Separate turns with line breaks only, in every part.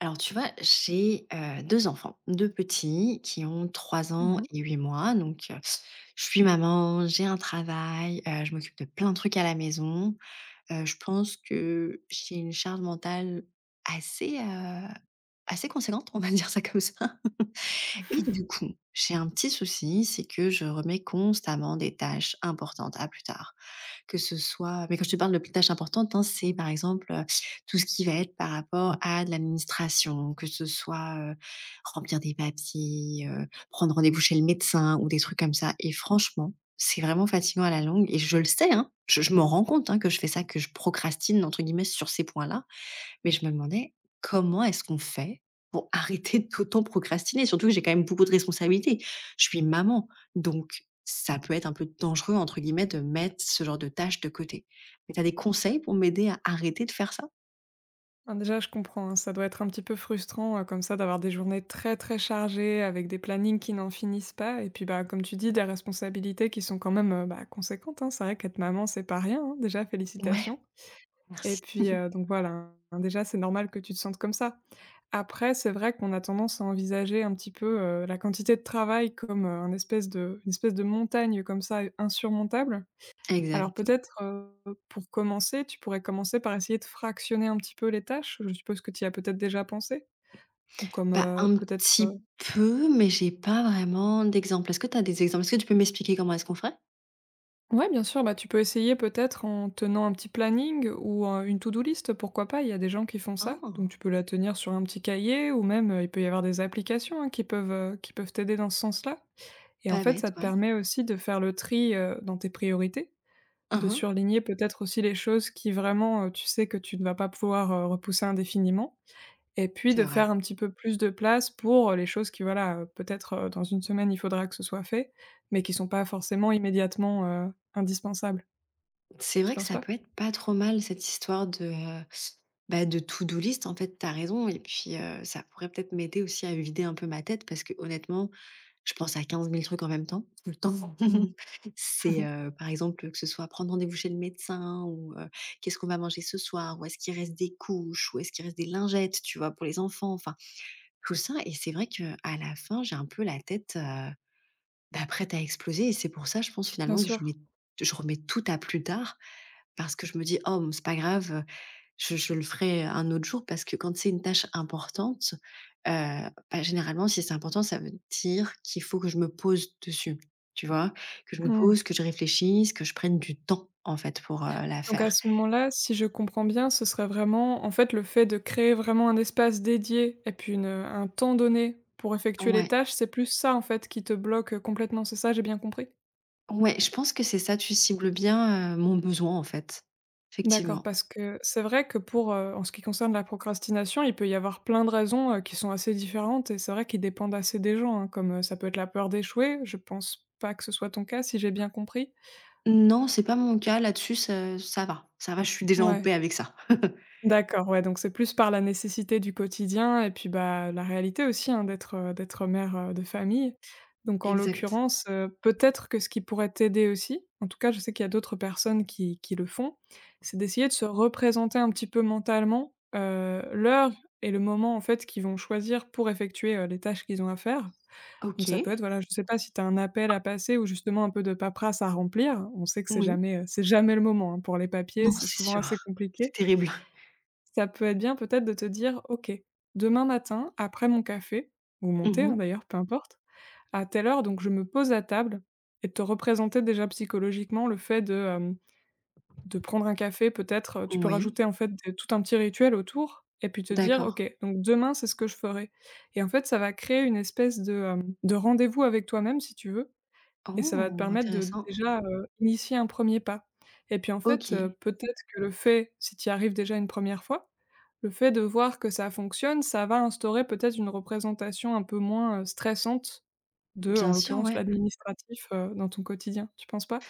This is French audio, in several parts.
Alors tu vois, j'ai, 2 enfants, 2 petits qui ont 3 ans
Mmh mh.
et 8 mois, donc je suis maman, j'ai un travail, je m'occupe de plein de trucs à la maison. Je pense que j'ai une charge mentale assez, heu, assez conséquente, on va dire ça comme ça. Et du coup, j'ai un petit souci, c'est que je remets constamment des tâches importantes à plus tard. Que ce soit mais quand je te parle de p tâches importantes, hein, c'est par exemple, tout ce qui va être par rapport à de l'administration, que ce soit, remplir des papiers, prendre rendez-vous chez le médecin ou des trucs comme ça et franchement, c'est vraiment fatigant à la longue et je le sais, hein, je m'en rends compte, hein, que je fais ça, que je «procrastine» entre guillemets sur ces points-là. Mais je me demandais comment est-ce qu'on fait pour arrêter d'autant procrastiner? Surtout que j'ai quand même beaucoup de responsabilités. Je suis maman, donc ça peut être un peu «dangereux» entre guillemets de mettre ce genre de tâches de côté. Mais tu as des conseils pour m'aider à arrêter de faire ça?
Ben, déjà, je comprends, hein, ça doit être un petit peu frustrant, comme ça d'avoir des journées très, très chargées avec des plannings qui n'en finissent pas et puis, bah, comme tu dis, des responsabilités qui sont quand même, bah, conséquentes, hein. C'est vrai qu'être maman, c'est pas rien, hein, déjà
Ouais,
félicitations. Et
merci.
puis, donc voilà, hein, déjà, c'est normal que tu te sentes comme ça. Après, c'est vrai qu'on a tendance à envisager un petit peu, la quantité de travail comme, un espèce de une espèce de montagne comme ça, insurmontable. Alors
Exact.
peut-être, pour commencer, tu pourrais commencer par essayer de fractionner un petit peu les tâches. Je suppose que tu y as peut-être déjà pensé? Ou comme,
Bah, un
peut-être,
petit peu, mais j'ai pas vraiment d'exemple. Est-ce que tu as des exemples? Est-ce que tu peux m'expliquer comment est-ce qu'on ferait?
ouais, bien sûr, bah, tu peux essayer peut-être en tenant un petit planning ou, une to-do list, pourquoi pas? Il y a des gens qui font ça,
Oh!
donc tu peux la tenir sur un petit cahier ou même, il peut y avoir des applications, hein, qui peuvent t'aider dans ce sens-là. Et en
Pas
fait,
bête,
ça te
ouais.
permet aussi de faire le tri, dans tes priorités, de
Mmh.
surligner peut-être aussi les choses qui vraiment, tu sais que tu ne vas pas pouvoir, repousser indéfiniment. Et puis
C'est
de
vrai.
faire un petit peu plus de place pour, les choses qui voilà, peut-être, dans une semaine, il faudra que ce soit fait, mais qui sont pas forcément immédiatement, indispensables.
C'est
Tu
vrai que
penses
ça
pas?
peut être pas trop mal cette histoire de, bah, de to-do list, en fait, t'as raison et puis, ça pourrait peut-être m'aider aussi à vider un peu ma tête parce que honnêtement, je pense à 15 000 trucs en même temps, tout le temps.
Mmh.
C'est, par exemple, que ce soit prendre rendez-vous chez le médecin ou, qu'est-ce qu'on va manger ce soir? Ou est-ce qu'il reste des couches? Ou est-ce qu'il reste des lingettes, tu vois, pour les enfants? Enfin, tout ça et c'est vrai que à la fin, j'ai un peu la tête, bah, prête à exploser et c'est pour ça, je pense,
Bien
finalement, que
sûr.
je remets tout à plus tard parce que je me dis: «Oh, mmh, c'est pas grave, je le ferai un autre jour» parce que quand c'est une tâche importante, heu, bah, généralement, si c'est important, ça veut dire qu'il faut que je me pose dessus, tu vois? Que je me
Mmh.
pose, que je réfléchisse, que je prenne du temps, en fait, pour, la
Donc
faire.
à ce moment-là, si je comprends bien, ce serait vraiment en fait, le fait de créer vraiment un espace dédié et puis une, un temps donné pour effectuer les
Ouais,
tâches, c'est plus ça en fait qui te bloque, complètement, c'est ça? J'ai bien compris?
ouais, je pense que c'est ça, tu cibles bien, mon besoin, en fait,
D'accord,
effectivement.
parce que c'est vrai que pour, en ce qui concerne la procrastination, il peut y avoir plein de raisons, qui sont assez différentes et c'est vrai qu'ils dépendent assez des gens, hein, comme, ça peut être la peur d'échouer, je pense pas que ce soit ton cas si j'ai bien compris?
Non, c'est pas mon cas là-dessus, ça va, je suis déjà en
Ouais.
paix avec ça.
D'accord, ouais, donc c'est plus par la nécessité du quotidien et puis, bah, la réalité aussi, hein, d'être, d'être mère, de famille. Donc en
Exact.
l'occurrence, peut-être que ce qui pourrait t'aider aussi, en tout cas je sais qu'il y a d'autres personnes qui le font, c'est d'essayer de se représenter un petit peu mentalement, l'heure et le moment, en fait, qu'ils vont choisir pour effectuer, les tâches qu'ils ont à faire. Donc ça peut être,
OK,
voilà, je sais pas si tu as un appel à passer ou justement un peu de paperasse à remplir. On sait que
oui.
c'est jamais le moment, hein, pour les papiers,
Non,
c'est
c'est
souvent
sûr,
assez
c'est
compliqué.
terrible.
Ça peut être bien peut-être de te dire: «OK, demain matin, après mon café ou mon thé, hein,
Mmh.
d'ailleurs, peu importe, à telle heure, donc je me pose à table» et de te représenter déjà psychologiquement le fait de, de prendre un café peut-être, tu peux
Oui,
rajouter, en fait, des tout un petit rituel autour et puis te dire:
d'accord.
«OK, donc demain, c'est ce que je ferai» et en fait, ça va créer une espèce de, de rendez-vous avec toi-même, si tu veux, et ça va te
Oh,
permettre de
intéressant.
déjà, initier un premier pas. Et puis en fait,
OK,
peut-être que le fait si tu y arrives déjà une première fois, le fait de voir que ça fonctionne, ça va instaurer peut-être une représentation un peu moins, stressante de,
bien
en
sûr,
l'occurrence,
ouais.
l'administratif, dans ton quotidien, tu penses pas?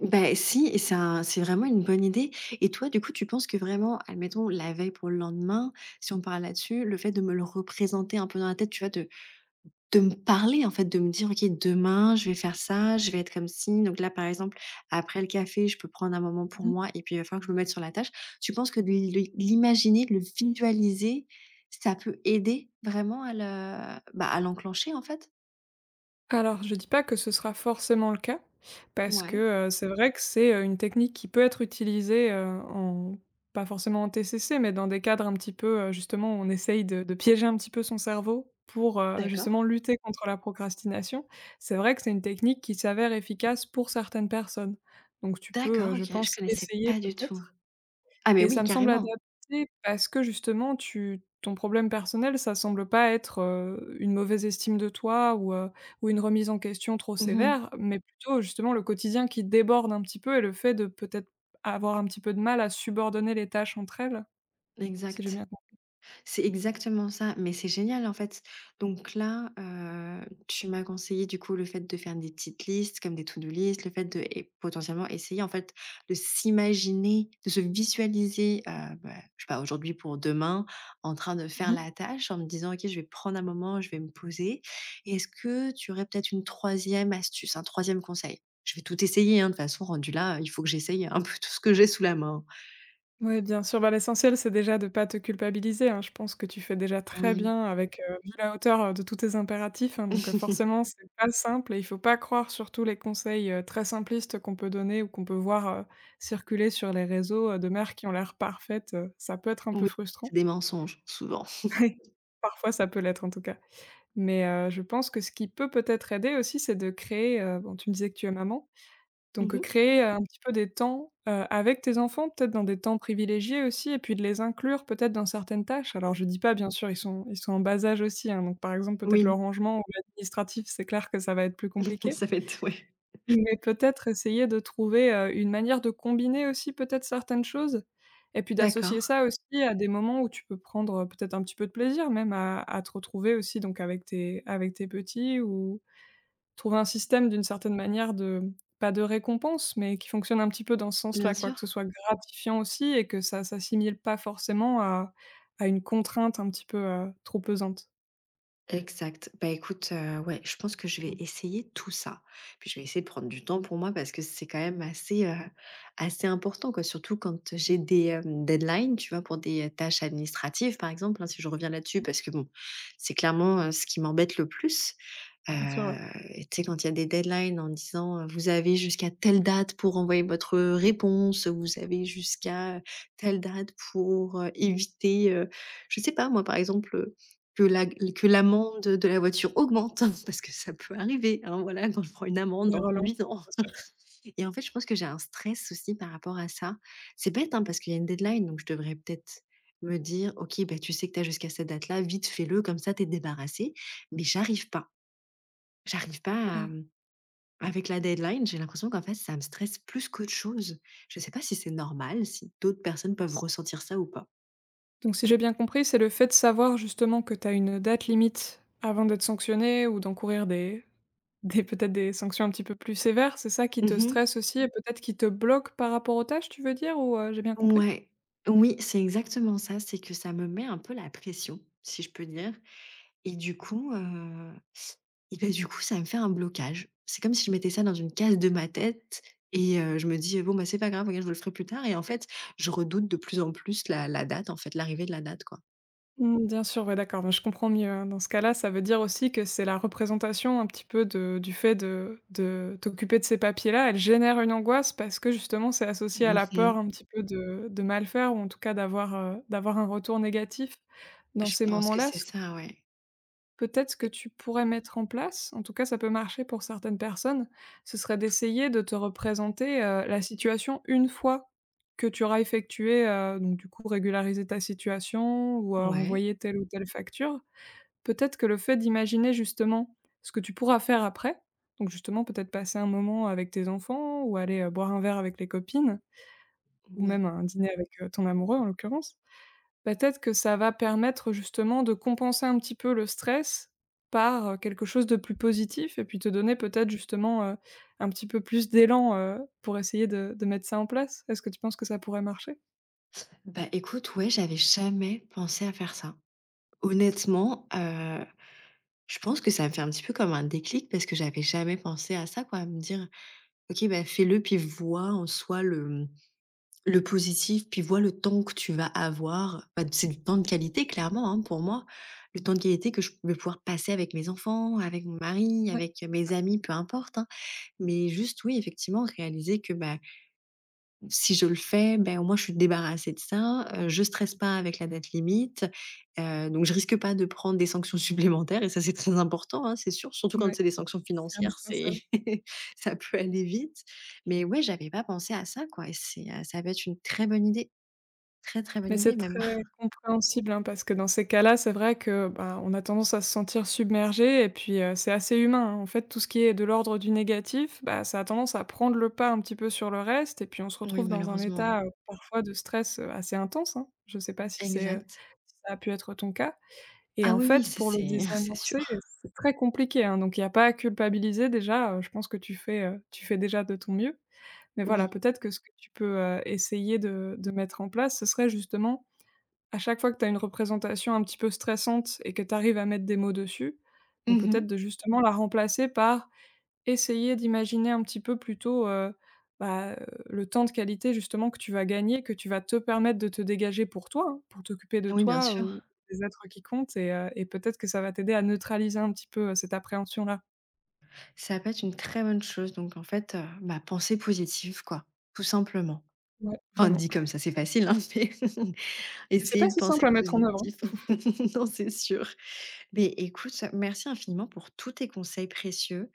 Ben si et c'est un c'est vraiment une bonne idée et toi, du coup, tu penses que vraiment, admettons, la veille pour le lendemain, si on parle là-dessus, le fait de me le représenter un peu dans la tête, tu vois, de me parler, en fait, de me dire: «OK, demain, je vais faire ça, je vais être comme ci». Donc là, par exemple, après le café, je peux prendre un moment pour moi et puis il va falloir que je me mette sur la tâche. Tu penses que de l'imaginer, de le visualiser, ça peut aider vraiment à le bah, à l'enclencher, en fait?
Alors, je dis pas que ce sera forcément le cas, parce
Ouais,
que, c'est vrai que c'est, une technique qui peut être utilisée, en pas forcément en TCC, mais dans des cadres un petit peu, justement, où on essaye de piéger un petit peu son cerveau pour,
d'accord.
justement lutter contre la procrastination. C'est vrai que c'est une technique qui s'avère efficace pour certaines personnes. Donc tu peux,
D'accord,
je
OK, je
pense,
connaissais
essayer
pas du tout.
peut-être.
Ah mais
Et ça
oui,
me semble
carrément.
adapté parce que justement tu ton problème personnel, ça semble pas être, une mauvaise estime de toi ou une remise en question trop
Mmh mh.
sévère, mais plutôt justement le quotidien qui déborde un petit peu et le fait de peut-être avoir un petit peu de mal à subordonner les tâches entre elles, si j'ai
Exact.
bien
C'est exactement ça, mais c'est génial en fait. Donc là, tu m'as conseillé du coup le fait de faire des petites listes comme des to-do list, le fait de et potentiellement essayer en fait de s'imaginer, de se visualiser, bah, je sais pas, aujourd'hui pour demain, en train de faire
compris.
la tâche en me disant: «OK, je vais prendre un moment, je vais me poser» et est-ce que tu aurais peut-être une troisième astuce, un troisième conseil? Je vais tout essayer, hein, de toute façon rendu là, il faut que j'essaye un peu tout ce que j'ai sous la main.
Ouais, bien sûr, bah, l'essentiel, c'est déjà de pas te culpabiliser, hein. Je pense que tu fais déjà très
Oui.
bien avec, vu la hauteur, de tous tes impératifs, hein, donc forcément, c'est pas simple et il faut pas croire surtout les conseils, très simplistes qu'on peut donner ou qu'on peut voir, circuler sur les réseaux, de mères qui ont l'air parfaites, ça peut être un peu
Oui, c'est
frustrant.
des mensonges, souvent.
Parfois, ça peut l'être en tout cas, mais je pense que ce qui peut peut-être aider aussi, c'est de créer, bon, tu me disais que tu es maman
Mmh
donc,
mh.
créer, un petit peu des temps, avec tes enfants, peut-être dans des temps privilégiés aussi et puis de les inclure peut-être dans certaines tâches. Alors je dis pas bien sûr, ils sont en bas âge aussi, hein, donc par exemple peut-être le
Oui,
rangement ou l'administratif, c'est clair que ça va être plus compliqué.
ça va être ouais.
Mais peut-être essayer de trouver, une manière de combiner aussi peut-être certaines choses et puis
D'accord.
d'associer ça aussi à des moments où tu peux prendre, peut-être un petit peu de plaisir même à te retrouver aussi donc avec tes petits ou trouver un système d'une certaine manière de pas de récompense, mais qui fonctionne un petit peu dans ce
Bien
sens-là, quoi. Que ce
sûr.
soit gratifiant aussi et que ça s'assimile pas forcément à une contrainte un petit peu, trop pesante.
Exact. Bah, écoute, ouais, je pense que je vais essayer tout ça. Puis je vais essayer de prendre du temps pour moi parce que c'est quand même assez important, quoi. Surtout quand j'ai des, deadlines, tu vois? Pour des, tâches administratives, par exemple, hein, si je reviens là-dessus, parce que bon, c'est clairement, ce qui m'embête le plus.
Bien sûr, ouais.
Et tu sais, quand il y a des deadlines en disant, «Vous avez jusqu'à telle date pour envoyer votre réponse, vous avez jusqu'à telle date pour, éviter», je sais pas moi, par exemple, que la que l'amende de la voiture augmente parce que ça peut arriver, hein, voilà, quand je prends une amende
Des
en
relances, ouais,
conduisant.
bien sûr.
Et en fait, je pense que j'ai un stress aussi par rapport à ça. C'est bête, hein, parce qu'il y a une deadline, donc je devrais peut-être me dire: «OK, bah, tu sais que tu as jusqu'à cette date-là, vite fais-le, comme ça t'es débarrassé mais j'arrive pas. J'arrive pas à,
Ah,
avec la deadline, j'ai l'impression qu'en fait, ça me stresse plus qu'autre chose. Je sais pas si c'est normal, si d'autres personnes peuvent ressentir ça ou pas?
donc si j'ai bien compris, c'est le fait de savoir justement que tu as une date limite avant d'être sanctionné ou d'encourir des peut-être des sanctions un petit peu plus sévères, c'est ça qui te
Mmh.
stresse aussi et peut-être qui te bloque par rapport aux tâches, tu veux dire ou, j'ai bien compris?
Ouais. Oui, c'est exactement ça, c'est que ça me met un peu la pression, si je peux dire et du coup, heu et du coup, ça me fait un blocage. C'est comme si je mettais ça dans une case de ma tête et je me dis: «Bon, bah, c'est pas grave, regarde, je vous le ferai plus tard» et en fait, je redoute de plus en plus la date, en fait, l'arrivée de la date, quoi.
Mmh, bien sûr, ouais, d'accord, mais je comprends mieux, hein. Dans ce cas-là, ça veut dire aussi que c'est la représentation un petit peu de du fait de t'occuper de ces papiers-là, elle génère une angoisse parce que justement c'est associé à la peur
Mmh.
un petit peu de mal faire ou en tout cas d'avoir, d'avoir un retour négatif dans
Je
ces
pense que
moments-là.
c'est ça, ouais.
Peut-être que tu pourrais mettre en place, en tout cas ça peut marcher pour certaines personnes, ce serait d'essayer de te représenter, la situation une fois que tu auras effectué, donc du coup régulariser ta situation ou,
Ouais.
renvoyer telle ou telle facture. Peut-être que le fait d'imaginer justement ce que tu pourras faire après, donc justement peut-être passer un moment avec tes enfants ou aller, boire un verre avec les copines ou
Ouais.
même un dîner avec, ton amoureux en l'occurrence. Peut-être que ça va permettre justement de compenser un petit peu le stress par, quelque chose de plus positif et puis te donner peut-être justement, un petit peu plus d'élan, pour essayer de mettre ça en place. Est-ce que tu penses que ça pourrait marcher?
Bah, écoute, ouais, j'avais jamais pensé à faire ça. Honnêtement, je pense que ça me fait un petit peu comme un déclic parce que j'avais jamais pensé à ça quoi, à me dire: «OK, bah, fais-le puis vois en soi le positif, puis vois le temps que tu vas avoir». Bah, c'est du temps de qualité clairement, hein, pour moi. Le temps de qualité que je vais pouvoir passer avec mes enfants, avec mon mari,
Ouais,
avec
c'est ça.
mes amis, peu importe, hein. Mais juste oui, effectivement, réaliser que, bah. Si je le fais, ben, au moins je suis débarrassée de ça, je stresse pas avec la date limite, donc je risque pas de prendre des sanctions supplémentaires et ça c'est très important, hein, c'est sûr, surtout quand
Ouais,
c'est des sanctions
c'est
financières,
indispensable.
c'est ça peut aller vite. Mais ouais, j'avais pas pensé à ça quoi et c'est, ça peut être une très bonne idée, très, très bonne
Mais c'est
idée même.
très compréhensible, hein, parce que dans ces cas-là, c'est vrai que, bah, on a tendance à se sentir submergé et puis, c'est assez humain, hein. En fait, tout ce qui est de l'ordre du négatif, bah, ça a tendance à prendre le pas un petit peu sur le reste et puis on se
Oui,
retrouve dans un
malheureusement.
état, parfois de stress, assez intense, hein. Je sais pas si c'est,
Exact.
si ça a pu être ton cas et
Ah
en
oui, oui,
fait,
ça
pour le
c'est c'est
désamorcer,
sûr.
c'est très compliqué, hein, donc il n'y a pas à culpabiliser déjà, je pense que tu fais déjà de ton mieux. Mais voilà,
Oui.
peut-être que ce que tu peux, essayer de mettre en place, ce serait justement à chaque fois que tu as une représentation un petit peu stressante et que tu arrives à mettre des mots dessus, donc
Mmh.
peut-être de justement la remplacer par essayer d'imaginer un petit peu plutôt, bah, le temps de qualité justement que tu vas gagner, que tu vas te permettre de te dégager pour toi, hein, pour t'occuper de
Oui, bien
toi
sûr.
ou des êtres qui comptent et peut-être que ça va t'aider à neutraliser un petit peu, cette appréhension-là.
Ça peut être une très bonne chose donc en fait, bah, penser positif quoi, tout simplement.
Ouais,
Enfin,
vraiment.
dit comme ça, c'est facile, hein, mais
Mais c'est
essayer
pas
de
si
penser
simple à mettre en œuvre, hein.
positif. Non, c'est sûr. Mais écoute, merci infiniment pour tous tes conseils précieux.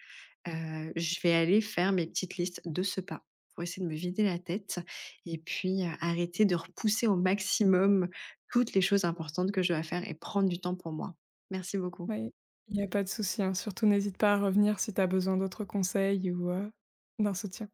Je vais aller faire mes petites listes de ce pas pour essayer de me vider la tête et puis, arrêter de repousser au maximum toutes les choses importantes que je dois faire et prendre du temps pour moi. Merci beaucoup.
Oui, il y a pas de souci, hein. Surtout n'hésite pas à revenir si tu as besoin d'autres conseils ou, d'un soutien.